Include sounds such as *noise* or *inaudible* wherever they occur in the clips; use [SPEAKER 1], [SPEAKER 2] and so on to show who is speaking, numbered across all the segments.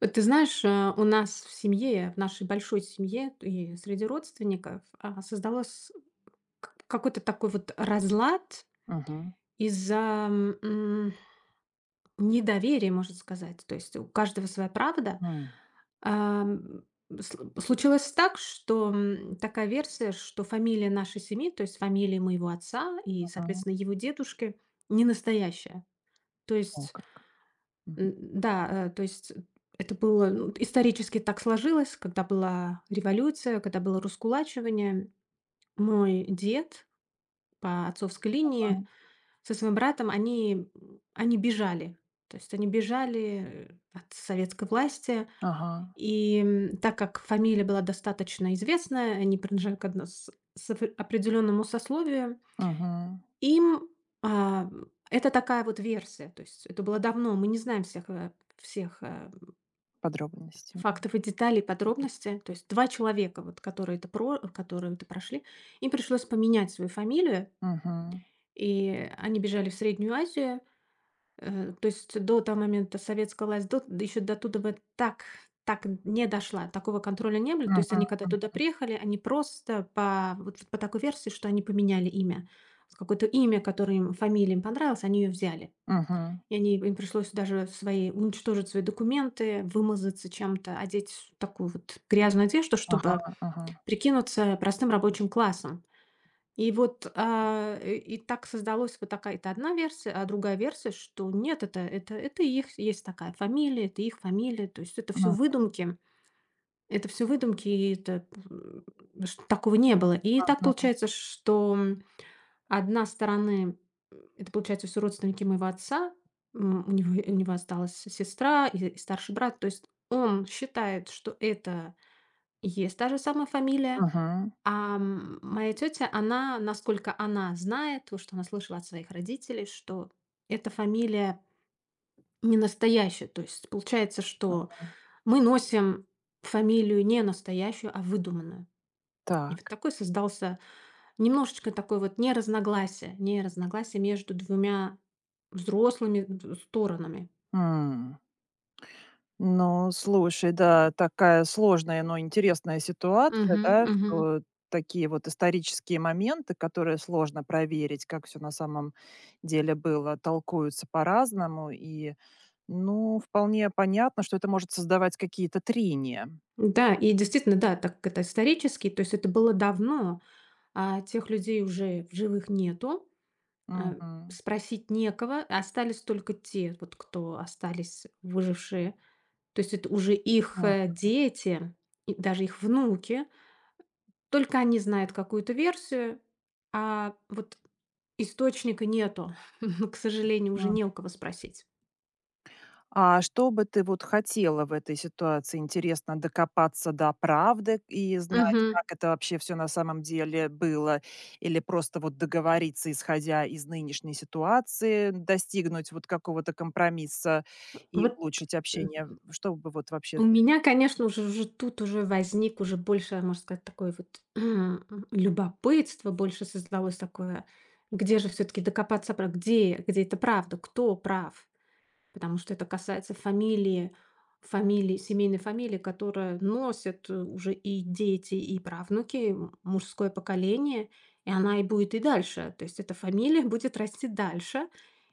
[SPEAKER 1] Вот ты знаешь, у нас в семье, в нашей большой семье и среди родственников создалось какой-то такой вот разлад
[SPEAKER 2] Мгм.
[SPEAKER 1] из-за м, недоверия, можно сказать. То есть у каждого своя правда.
[SPEAKER 2] М,
[SPEAKER 1] Ам, Случилось так, что такая версия, что фамилия нашей семьи, то есть фамилия моего отца и,
[SPEAKER 2] мгм.
[SPEAKER 1] соответственно, его дедушки, не настоящая. То
[SPEAKER 2] О
[SPEAKER 1] есть
[SPEAKER 2] как. Мгм.
[SPEAKER 1] М, да, э, то есть это было, ну, исторически так сложилось, когда была революция, когда было раскулачивание. Мой дед по отцовской линии
[SPEAKER 2] М,
[SPEAKER 1] со своим братом, они бежали. То есть они бежали от советской власти.
[SPEAKER 2] ага.
[SPEAKER 1] Так как фамилия была достаточно известная, они принадлежали к одно с опре определенному сословию,
[SPEAKER 2] Мгм.
[SPEAKER 1] им, а, это такая вот версия. То есть это было давно, мы не знаем всех
[SPEAKER 2] Подробности.
[SPEAKER 1] фактов и деталей, подробности. То есть 2 человека, вот, которые это прошли, им пришлось поменять свою фамилию,
[SPEAKER 2] Мгм.
[SPEAKER 1] и они бежали в Среднюю Азию. То есть до того момента советская власть, до еще до туда бы так так не дошла, такого контроля не было. То
[SPEAKER 2] Мгм.
[SPEAKER 1] есть они когда туда
[SPEAKER 2] М.
[SPEAKER 1] приехали, они просто по вот по такой версии, что они поменяли имя. Вот какое-то имя, которое им фамилия им понравилась, они ее взяли.
[SPEAKER 2] Мгм.
[SPEAKER 1] И они им пришлось даже свои уничтожить свои документы, вымазаться чем-то, одеть с такую вот грязную одежду,
[SPEAKER 2] Ага,
[SPEAKER 1] чтобы
[SPEAKER 2] ага.
[SPEAKER 1] прикинуться простым рабочим классом. И вот, и так создалась вот такая, это одна версия, а другая версия, что нет, это их есть такая фамилия, это их фамилия, то есть это все
[SPEAKER 2] М,
[SPEAKER 1] выдумки. Это все выдумки, и что такого не было. И так
[SPEAKER 2] мгм.
[SPEAKER 1] получается, что одна стороны, это, получается, все родственники моего отца. У него осталась сестра и старший брат. То есть он считает, что это и есть та же самая фамилия.
[SPEAKER 2] Мгм.
[SPEAKER 1] Моя тетя, она, насколько она знает, то, что она слышала от своих родителей, что эта фамилия не настоящая. То есть получается, что
[SPEAKER 2] М.
[SPEAKER 1] мы носим фамилию не настоящую, а выдуманную. И вот
[SPEAKER 2] Так.
[SPEAKER 1] такой создался немножечко такое вот не разногласие между двумя взрослыми д сторонами.
[SPEAKER 2] М. Ну, слушай, да, такая сложная, но интересная ситуация,
[SPEAKER 1] Мгм,
[SPEAKER 2] да,
[SPEAKER 1] мгм.
[SPEAKER 2] что такие вот исторические моменты, которые сложно проверить, как все на самом деле было, толкуются по-разному. Ну, вполне понятно, что это может создавать какие-то трения.
[SPEAKER 1] Да, и действительно, да, так как это исторически, то есть это было давно, а тех людей уже в живых нету, а,
[SPEAKER 2] Мгм.
[SPEAKER 1] спросить некого, остались только те, вот кто остались выжившие. То есть это уже их,
[SPEAKER 2] М,
[SPEAKER 1] э, дети и даже их внуки. Только они знают какую-то версию, а вот источника нету. *laughs* К сожалению, уже
[SPEAKER 2] м.
[SPEAKER 1] не у кого спросить.
[SPEAKER 2] А что бы ты вот хотела в этой ситуации? Интересно докопаться до правды и знать,
[SPEAKER 1] Мгм.
[SPEAKER 2] как это вообще все на самом деле было, или просто вот договориться, исходя из нынешней ситуации, достигнуть вот какого-то компромисса и
[SPEAKER 1] Вот,
[SPEAKER 2] улучшить
[SPEAKER 1] э,
[SPEAKER 2] общение? Что бы вот
[SPEAKER 1] у
[SPEAKER 2] вообще.
[SPEAKER 1] меня, конечно, уже уже тут уже возник уже больше, можно сказать, такое вот, *clears throat* любопытство, больше создалось такое: где же все таки докопаться, про где это правда, кто прав? Потому что это касается фамилии, семейной фамилии, которая носят уже и дети, и правнуки, мужское поколение, и она и будет и дальше. То есть эта фамилия *laughs* будет расти дальше.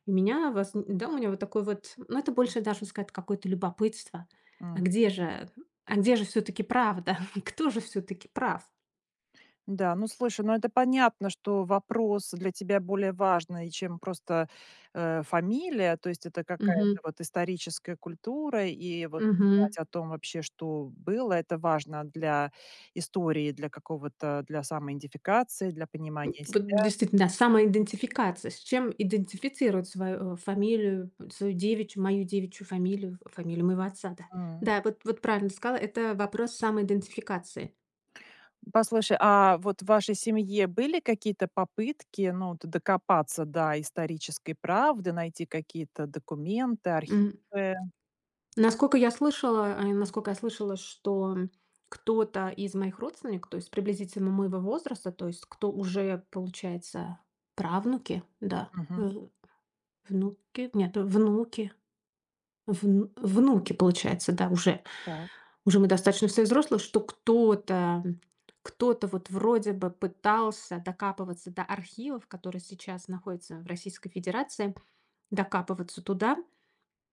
[SPEAKER 1] И меня, да, у меня вот такой вот, ну это больше даже сказать какое-то любопытство. А где же, а где же все-таки правда? *laughs* Кто же все-таки прав?
[SPEAKER 2] Да, ну слушай, ну это понятно, что вопрос для тебя более важный, чем просто фамилия, то есть это какая-то вот историческая культура, и вот
[SPEAKER 1] Угу.
[SPEAKER 2] узнать о том вообще, что было, это важно для истории, для какого-то, для самоидентификации, для понимания
[SPEAKER 1] Вот
[SPEAKER 2] себя.
[SPEAKER 1] действительно, самоидентификация. С чем идентифицировать свою девичью, мою девичью фамилию, фамилию моего отца, да.
[SPEAKER 2] М.
[SPEAKER 1] Да, вот, вот правильно ты сказала, это вопрос самоидентификации.
[SPEAKER 2] Послушай, а вот в вашей семье были какие-то попытки, ну, вот докопаться до исторической правды, найти какие-то документы,
[SPEAKER 1] М.
[SPEAKER 2] архивы?
[SPEAKER 1] Насколько я слышала, э, насколько я слышала, что кто-то из моих родственников, то есть приблизительно моего возраста, то есть кто уже, получается, правнуки, да,
[SPEAKER 2] Мгм.
[SPEAKER 1] внуки, нет, внуки, внуки, получается, да, уже
[SPEAKER 2] Так.
[SPEAKER 1] уже мы достаточно все взрослые, что кто-то вот вроде бы пытался докапываться до архивов, которые сейчас находятся в Российской Федерации, докапываться туда,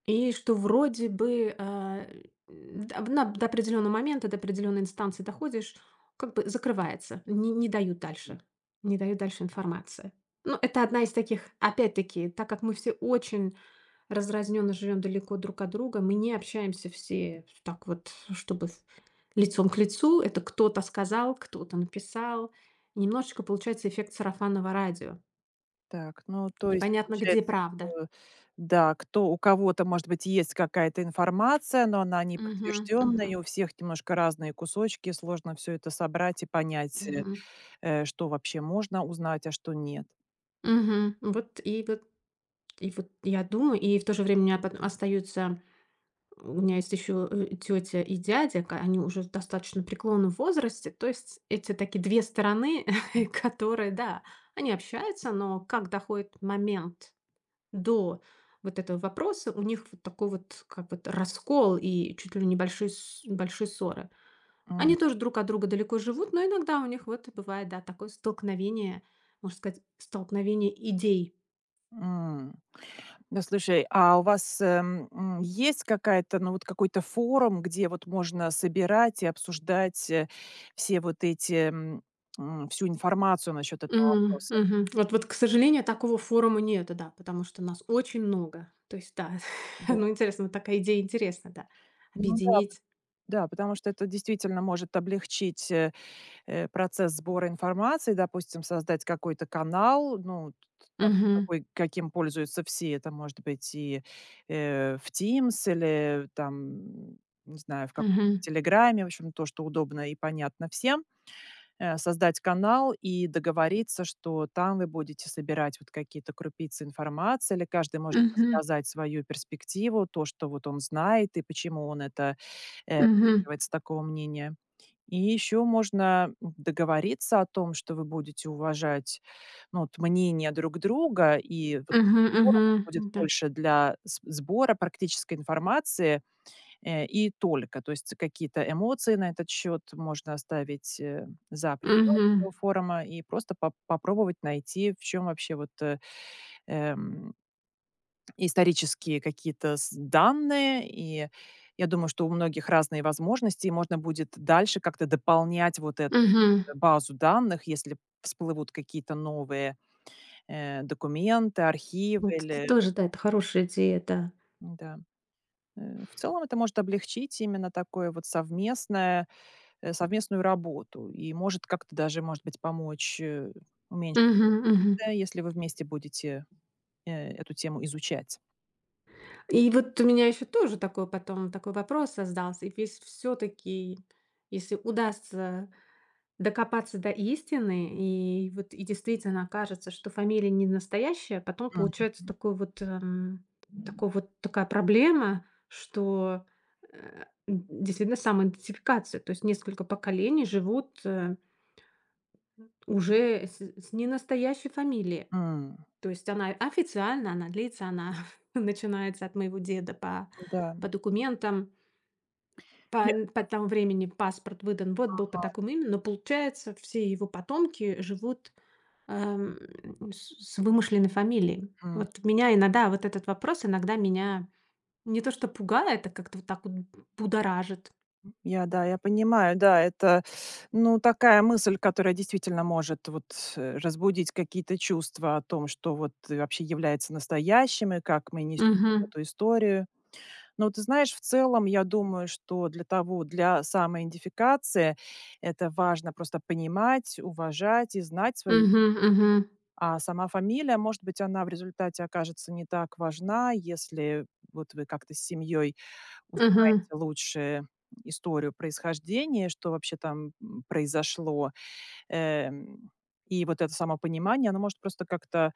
[SPEAKER 1] и что вроде бы, а, д на до определенного момента, до определенной инстанции доходишь, как бы закрывается, не дают дальше, не дают дальше информации. Ну, это одна из таких опять-таки, так как мы все очень разрозненно живем далеко друг от друга, мы не общаемся все так вот, чтобы лицом к лицу. Это кто-то сказал, кто-то написал. Немножечко получается эффект сарафанного радио.
[SPEAKER 2] Так, ну,
[SPEAKER 1] И
[SPEAKER 2] то есть
[SPEAKER 1] непонятно, где
[SPEAKER 2] получается,
[SPEAKER 1] правда.
[SPEAKER 2] что да, кто у кого-то, может быть, есть какая-то информация, но она не
[SPEAKER 1] Мгм,
[SPEAKER 2] подтвержденная,
[SPEAKER 1] мгм,
[SPEAKER 2] и у всех немножко разные кусочки, сложно все это собрать и понять,
[SPEAKER 1] мгм,
[SPEAKER 2] что вообще можно узнать, а что нет.
[SPEAKER 1] мгм. Вот и я думаю, и в то же время у меня остаются, у меня есть еще, тетя и дядя, ка они уже в достаточно преклонном возрасте. То есть эти такие 2 стороны, *laughs* которые, да, они общаются, но как доходит момент до вот этого вопроса, у них вот такой вот, как вот, раскол и чуть ли не большие ссоры.
[SPEAKER 2] М,
[SPEAKER 1] Они тоже друг от друга далеко живут, но иногда у них вот бывает, да, такое столкновение, можно сказать, столкновение идей.
[SPEAKER 2] м. Да, слушай, а у вас, есть какая-то, ну, вот какой-то форум, где вот можно собирать и обсуждать, все вот эти, всю информацию насчет этого вопроса?
[SPEAKER 1] Мгм. Вот вот, к сожалению, такого форума нету, да, потому что нас очень много. То есть, да, *laughs*
[SPEAKER 2] Да.
[SPEAKER 1] ну, интересно, вот такая идея интересна, да,
[SPEAKER 2] Ну да.
[SPEAKER 1] объединить.
[SPEAKER 2] Да, потому что это действительно может облегчить, процесс сбора информации, допустим, создать какой-то канал, ну, т та
[SPEAKER 1] Мгм,
[SPEAKER 2] такой, каким пользуются все. Это может быть и, в Teams или там, не знаю, в каком-то
[SPEAKER 1] мгм,
[SPEAKER 2] «Телеграме», в общем, то, что удобно и понятно всем, создать канал и договориться, что там вы будете собирать вот какие-то крупицы информации, или каждый может
[SPEAKER 1] мгм,
[SPEAKER 2] рассказать свою перспективу, то, что вот он знает и почему он это
[SPEAKER 1] мгм,
[SPEAKER 2] придерживается такого мнения. И еще можно договориться о том, что вы будете уважать, ну, вот, мнение друг друга, и вот этот
[SPEAKER 1] мгм,
[SPEAKER 2] форум
[SPEAKER 1] мгм,
[SPEAKER 2] будет
[SPEAKER 1] да,
[SPEAKER 2] больше для сбора практической информации. И только. То есть какие-то эмоции на этот счет можно оставить, за пределами
[SPEAKER 1] мгм,
[SPEAKER 2] этого форума и просто попробовать найти, в чем вообще вот, эм, исторические какие-то с данные. И я думаю, что у многих разные возможности, и можно будет дальше как-то дополнять вот эту
[SPEAKER 1] мгм.
[SPEAKER 2] базу данных, если всплывут какие-то новые, документы, архивы
[SPEAKER 1] Вот это
[SPEAKER 2] или.
[SPEAKER 1] тоже, да, это хорошая идея, да.
[SPEAKER 2] Да. В целом это может облегчить именно такое вот совместную работу и может как-то даже, может быть, помочь, уменьшить,
[SPEAKER 1] Мгм, мгм.
[SPEAKER 2] да, если вы вместе будете, эту тему изучать.
[SPEAKER 1] И вот у меня еще тоже такой потом такой вопрос создался. Весь все-таки, если удастся докопаться до истины, и вот и действительно окажется, что фамилия не настоящая. Потом
[SPEAKER 2] Мгм.
[SPEAKER 1] получается такой вот такая проблема, что, э, д действительно самоидентификация. То есть несколько поколений живут, уже с ненастоящей фамилией.
[SPEAKER 2] М,
[SPEAKER 1] То есть она официально, она длится, она *laughs* начинается от моего деда
[SPEAKER 2] да.
[SPEAKER 1] по документам,
[SPEAKER 2] Я
[SPEAKER 1] по тому времени паспорт выдан, вот был по
[SPEAKER 2] Ага,
[SPEAKER 1] такому имени, но получается все его потомки живут, Эм, с вымышленной фамилией.
[SPEAKER 2] м.
[SPEAKER 1] Вот меня иногда вот этот вопрос иногда меня не то что пугает, а как-то вот так вот будоражит.
[SPEAKER 2] Я, да, я понимаю, да, это, ну, такая мысль, которая действительно может вот, разбудить какие-то чувства о том, что вот, вообще является настоящим и как мы несем вот
[SPEAKER 1] Мгм.
[SPEAKER 2] эту историю. Но ты знаешь, в целом, я думаю, что для самоидентификации это важно просто понимать, уважать и знать свою.
[SPEAKER 1] Мгм. Мгм.
[SPEAKER 2] А сама фамилия, может быть, она в результате окажется не так важна, если вот вы как-то с семьей
[SPEAKER 1] Мгм.
[SPEAKER 2] узнаете лучше историю происхождения, что вообще там, произошло. Эм, и вот это самопонимание, оно может просто как-то,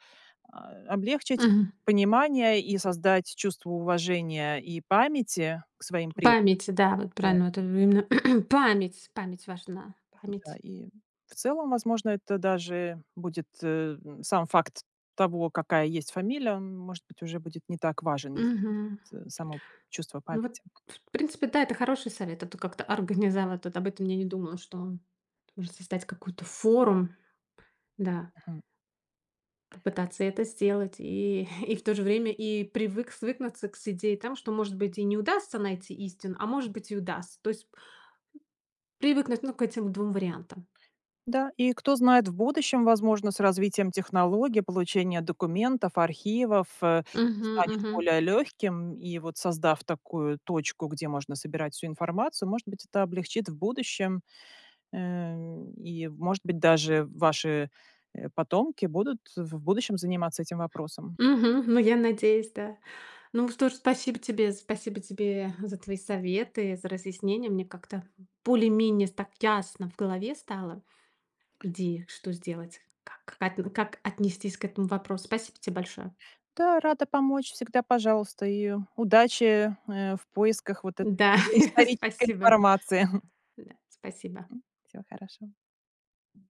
[SPEAKER 2] облегчить
[SPEAKER 1] Мгм.
[SPEAKER 2] понимание и создать чувство уважения и памяти к своим предкам.
[SPEAKER 1] Память, да, вот
[SPEAKER 2] Да,
[SPEAKER 1] правильно, вот именно *clears throat* память, память важна,
[SPEAKER 2] да.
[SPEAKER 1] память.
[SPEAKER 2] И в целом, возможно, это даже будет, сам факт того, какая есть фамилия, он, может быть, уже будет не так важен, если
[SPEAKER 1] Мгм.
[SPEAKER 2] есть, само чувство
[SPEAKER 1] Ну вот,
[SPEAKER 2] памяти.
[SPEAKER 1] в принципе, да, это хороший совет, а то как-то организовать, вот об этом я не думала, что можно создать какой-то форум, да.
[SPEAKER 2] Мгм.
[SPEAKER 1] Попытаться это сделать и *laughs* и в то же время и привык свыкнуться к с идее там, что, может быть, и не удастся найти истину, а может быть, и удастся. То есть привыкнуть, ну, к этим двум вариантам.
[SPEAKER 2] Да, и кто знает, в будущем, возможно, с развитием технологий получение документов, архивов,
[SPEAKER 1] Мгм,
[SPEAKER 2] станет
[SPEAKER 1] мгм.
[SPEAKER 2] более легким. И вот создав такую точку, где можно собирать всю информацию, может быть, это облегчит в будущем. И, может быть, даже ваши, потомки будут в будущем заниматься этим вопросом.
[SPEAKER 1] Мгм. Ну, я надеюсь, да. Ну что ж, спасибо тебе за твои советы, за разъяснения. Мне как-то более-менее так ясно в голове стало идея, что сделать, как отнестись к этому вопросу. Спасибо тебе большое.
[SPEAKER 2] Да, рада помочь, всегда пожалуйста, и удачи, в поисках вот этой
[SPEAKER 1] Да, *laughs*
[SPEAKER 2] исторической
[SPEAKER 1] спасибо.
[SPEAKER 2] информации.
[SPEAKER 1] Да, спасибо.
[SPEAKER 2] *laughs* Всего хорошего.